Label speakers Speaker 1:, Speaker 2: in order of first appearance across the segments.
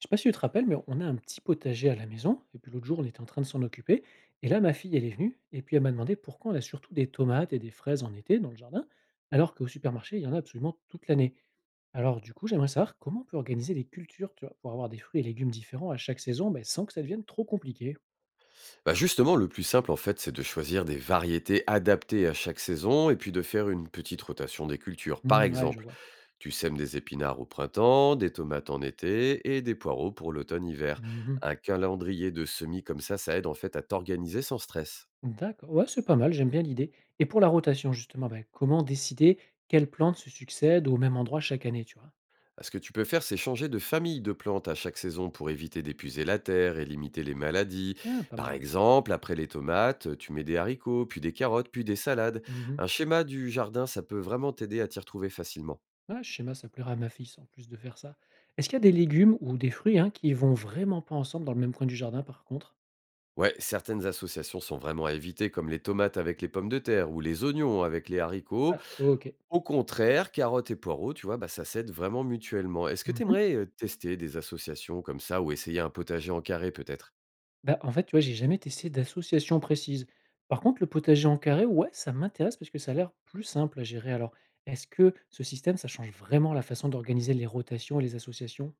Speaker 1: Je sais pas si tu te rappelles, mais on a un petit potager à la maison. Et puis l'autre jour, on était en train de s'en occuper. Et là, ma fille, elle est venue. Et puis elle m'a demandé pourquoi on a surtout des tomates et des fraises en été dans le jardin, alors qu'au supermarché, il y en a absolument toute l'année. Alors du coup, j'aimerais savoir comment on peut organiser les cultures, tu vois, pour avoir des fruits et légumes différents à chaque saison, mais sans que ça devienne trop compliqué.
Speaker 2: Bah justement, le plus simple, en fait, c'est de choisir des variétés adaptées à chaque saison et puis de faire une petite rotation des cultures. Par
Speaker 1: Hmm, ouais, je
Speaker 2: exemple,
Speaker 1: vois.
Speaker 2: tu sèmes des épinards au printemps, des tomates en été et des poireaux pour l'automne-hiver.
Speaker 1: Mhm.
Speaker 2: Un calendrier de semis comme ça aide en fait à t'organiser sans stress.
Speaker 1: D'accord. Ouais, c'est pas mal. J'aime bien l'idée. Et pour la rotation, justement, ben, comment décider quelles plantes se succèdent au même endroit chaque année, tu vois?
Speaker 2: Ah, ce que tu peux faire, c'est changer de famille de plantes à chaque saison pour éviter d'épuiser la terre et limiter les maladies.
Speaker 1: Ah, pas
Speaker 2: Par
Speaker 1: mal.
Speaker 2: exemple, après les tomates, tu mets des haricots, puis des carottes, puis des salades.
Speaker 1: Mhm.
Speaker 2: Un schéma du jardin, ça peut vraiment t'aider à t'y retrouver facilement.
Speaker 1: Ouais, ce schéma, ça plaira à ma fille, en plus de faire ça. Est-ce qu'il y a des légumes ou des fruits, hein, qui vont vraiment pas ensemble dans le même coin du jardin, par contre?
Speaker 2: Ouais, certaines associations sont vraiment à éviter, comme les tomates avec les pommes de terre ou les oignons avec les haricots.
Speaker 1: Ah, OK.
Speaker 2: Au contraire, carottes et poireaux, tu vois, bah, ça s'aide vraiment mutuellement. Est-ce que tu
Speaker 1: Mmh.
Speaker 2: aimerais tester des associations comme ça ou essayer un potager en carré peut-être?
Speaker 1: Bah, en fait, tu vois, j'ai jamais testé d'association précise. Par contre, le potager en carré, ouais, ça m'intéresse parce que ça a l'air plus simple à gérer. Alors, est-ce que ce système, ça change vraiment la façon d'organiser les rotations et les associations?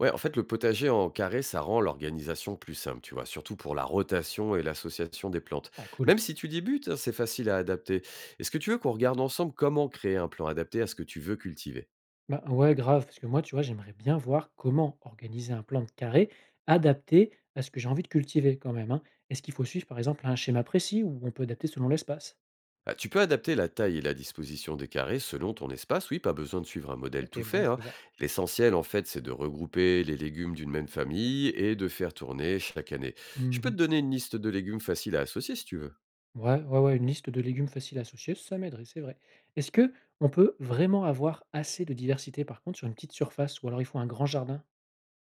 Speaker 2: Ouais, en fait, le potager en carré, ça rend l'organisation plus simple, tu vois, surtout pour la rotation et l'association des plantes.
Speaker 1: Ah, cool.
Speaker 2: Même si tu débutes, hein, c'est facile à adapter. Est-ce que tu veux qu'on regarde ensemble comment créer un plan adapté à ce que tu veux cultiver?
Speaker 1: Bah, ouais, grave, parce que moi, tu vois, j'aimerais bien voir comment organiser un plan de carré adapté à ce que j'ai envie de cultiver quand même, hein. Est-ce qu'il faut suivre, par exemple, un schéma précis ou on peut adapter selon l'espace?
Speaker 2: Ah, tu peux adapter la taille et la disposition des carrés selon ton espace, oui, pas besoin de suivre un modèle tout
Speaker 1: Ok, bon
Speaker 2: fait,
Speaker 1: à
Speaker 2: hein.
Speaker 1: savoir.
Speaker 2: L'essentiel, en fait, c'est de regrouper les légumes d'une même famille et de faire tourner chaque année. Je peux
Speaker 1: Mhm.
Speaker 2: te donner une liste de légumes faciles à associer si tu veux.
Speaker 1: Ouais, ouais, ouais, une liste de légumes faciles à associer, ça m'aiderait, c'est vrai. Est-ce que on peut vraiment avoir assez de diversité, par contre, sur une petite surface, ou alors il faut un grand jardin?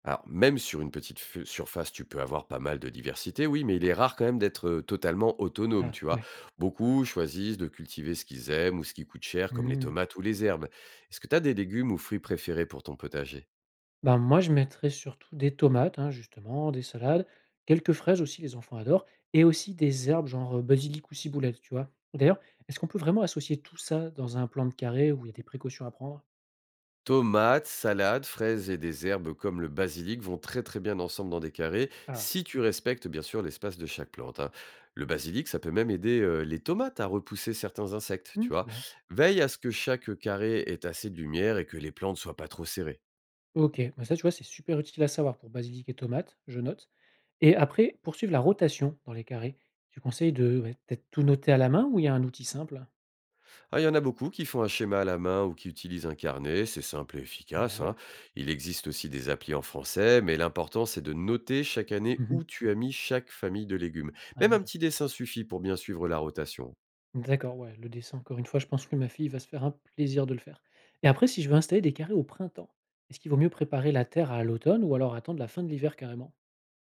Speaker 2: Alors, même sur une petite surface, tu peux avoir pas mal de diversité, oui, mais il est rare quand même d'être totalement autonome,
Speaker 1: Ah,
Speaker 2: tu vois.
Speaker 1: ouais.
Speaker 2: Beaucoup choisissent de cultiver ce qu'ils aiment ou ce qui coûte cher, comme les
Speaker 1: Mhm.
Speaker 2: tomates ou les herbes. Est-ce que tu as des légumes ou fruits préférés pour ton potager?
Speaker 1: Ben, moi, je mettrais surtout des tomates, hein, justement, des salades, quelques fraises aussi, les enfants adorent, et aussi des herbes genre, basilic ou ciboulette, tu vois? D'ailleurs, est-ce qu'on peut vraiment associer tout ça dans un plan de carré où il y a des précautions à prendre?
Speaker 2: Tomates, salades, fraises et des herbes comme le basilic vont très très bien ensemble dans des carrés,
Speaker 1: Ah.
Speaker 2: si tu respectes bien sûr l'espace de chaque plante, hein. Le basilic, ça peut même aider les tomates à repousser certains insectes,
Speaker 1: Mmh,
Speaker 2: tu
Speaker 1: trop
Speaker 2: vois.
Speaker 1: bien.
Speaker 2: Veille à ce que chaque carré ait assez de lumière et que les plantes soient pas trop serrées.
Speaker 1: OK, bah, ça, tu vois, c'est super utile à savoir pour basilic et tomates, je note, et après, poursuivre la rotation dans les carrés, tu conseilles de, ouais, peut-être tout noter à la main ou il y a un outil simple?
Speaker 2: Ah, il y en a beaucoup qui font un schéma à la main ou qui utilisent un carnet, c'est simple et efficace, hein.
Speaker 1: Ouais.
Speaker 2: Il existe aussi des applis en français, mais l'important c'est de noter chaque année
Speaker 1: Mmh.
Speaker 2: où tu as mis chaque famille de légumes. Même un
Speaker 1: Ah.
Speaker 2: petit dessin suffit pour bien suivre la rotation.
Speaker 1: D'accord, ouais, le dessin, encore une fois, je pense que ma fille va se faire un plaisir de le faire. Et après, si je veux installer des carrés au printemps, est-ce qu'il vaut mieux préparer la terre à l'automne ou alors attendre la fin de l'hiver carrément?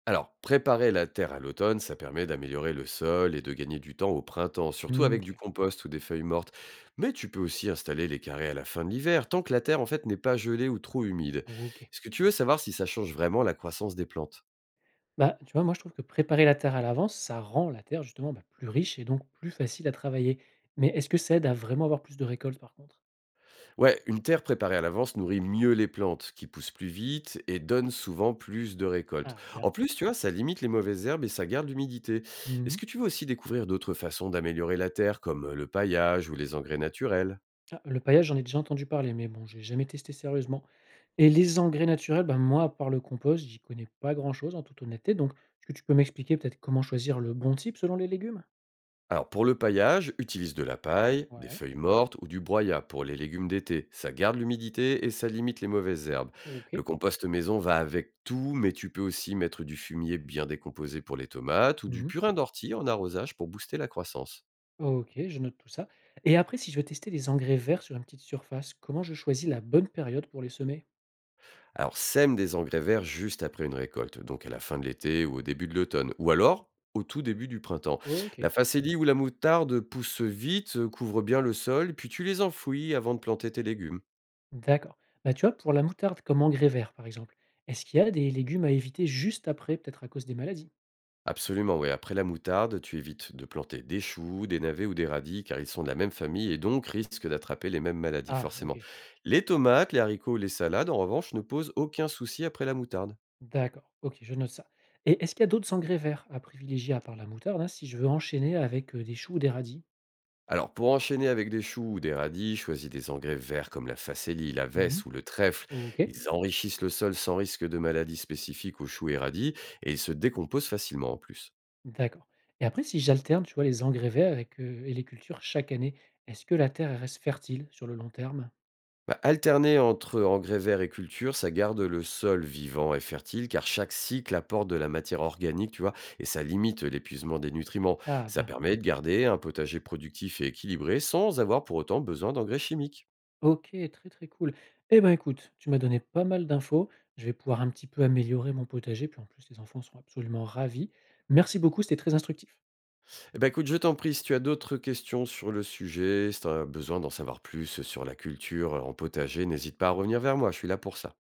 Speaker 2: Alors, préparer la terre à l'automne, ça permet d'améliorer le sol et de gagner du temps au printemps, surtout
Speaker 1: Mmh,
Speaker 2: avec du
Speaker 1: OK.
Speaker 2: compost ou des feuilles mortes. Mais tu peux aussi installer les carrés à la fin de l'hiver, tant que la terre en fait n'est pas gelée ou trop humide.
Speaker 1: OK.
Speaker 2: Est-ce que tu veux savoir si ça change vraiment la croissance des plantes?
Speaker 1: Bah, tu vois, moi, je trouve que préparer la terre à l'avance, ça rend la terre justement, bah, plus riche et donc plus facile à travailler. Mais est-ce que ça aide à vraiment avoir plus de récoltes par contre?
Speaker 2: Ouais, une terre préparée à l'avance nourrit mieux les plantes, qui poussent plus vite et donnent souvent plus de récoltes.
Speaker 1: Ah, bien.
Speaker 2: En plus, tu vois, ça limite les mauvaises herbes et ça garde l'humidité. Est-ce
Speaker 1: Mmh.
Speaker 2: que tu veux aussi découvrir d'autres façons d'améliorer la terre, comme le paillage ou les engrais naturels?
Speaker 1: Ah, le paillage, j'en ai déjà entendu parler, mais bon, j'ai jamais testé sérieusement. Et les engrais naturels, ben moi, à part le compost, j'y connais pas grand-chose en toute honnêteté. Donc, est-ce que tu peux m'expliquer peut-être comment choisir le bon type selon les légumes?
Speaker 2: Alors pour le paillage, utilise de la paille, des
Speaker 1: Ouais,
Speaker 2: feuilles mortes ou du broyat pour les légumes d'été. Ça garde l'humidité et ça limite les mauvaises herbes.
Speaker 1: ok.
Speaker 2: Le compost maison va avec tout, mais tu peux aussi mettre du fumier bien décomposé pour les tomates ou du
Speaker 1: Mhm.
Speaker 2: purin d'ortie en arrosage pour booster la croissance.
Speaker 1: Ok, je note tout ça. Et après, si je veux tester les engrais verts sur une petite surface, comment je choisis la bonne période pour les semer?
Speaker 2: Alors sème des engrais verts juste après une récolte, donc à la fin de l'été ou au début de l'automne, ou alors au tout début du printemps. La
Speaker 1: Ok.
Speaker 2: facélie ou la moutarde poussent vite, couvrent bien le sol, puis tu les enfouis avant de planter tes légumes.
Speaker 1: D'accord. Bah, tu vois, pour la moutarde comme engrais vert, par exemple, est-ce qu'il y a des légumes à éviter juste après, peut-être à cause des maladies?
Speaker 2: Absolument, oui. Après la moutarde, tu évites de planter des choux, des navets ou des radis, car ils sont de la même famille et donc risquent d'attraper les mêmes maladies,
Speaker 1: Ah,
Speaker 2: forcément.
Speaker 1: ok.
Speaker 2: Les tomates, les haricots, les salades, en revanche, ne posent aucun souci après la moutarde.
Speaker 1: D'accord, OK, je note ça et est-ce qu'il y a d'autres engrais verts à privilégier à part la moutarde, hein, si je veux enchaîner avec, des choux ou des radis?
Speaker 2: Alors, pour enchaîner avec des choux ou des radis, choisis des engrais verts comme la facélie, la vesse
Speaker 1: Mmh.
Speaker 2: ou le trèfle.
Speaker 1: OK,
Speaker 2: Ils enrichissent le sol sans risque de maladies spécifiques aux choux et radis et ils se décomposent facilement en plus.
Speaker 1: d'accord, et après si j'alterne, tu vois, les engrais verts avec, et les cultures chaque année, est-ce que la terre elle reste fertile sur le long terme?
Speaker 2: Bah, alterner entre engrais verts et culture, ça garde le sol vivant et fertile car chaque cycle apporte de la matière organique, tu vois, et ça limite l'épuisement des nutriments.
Speaker 1: Ah
Speaker 2: Ça
Speaker 1: bien.
Speaker 2: permet de garder un potager productif et équilibré sans avoir pour autant besoin d'engrais chimiques.
Speaker 1: OK, très, très cool, et ben, écoute, tu m'as donné pas mal d'infos, je vais pouvoir un petit peu améliorer mon potager puis en plus les enfants sont absolument ravis. Merci beaucoup, c'était très instructif.
Speaker 2: Eh ben écoute, je t'en prie, si tu as d'autres questions sur le sujet, si tu as besoin d'en savoir plus sur la culture en potager, n'hésite pas à revenir vers moi, je suis là pour ça.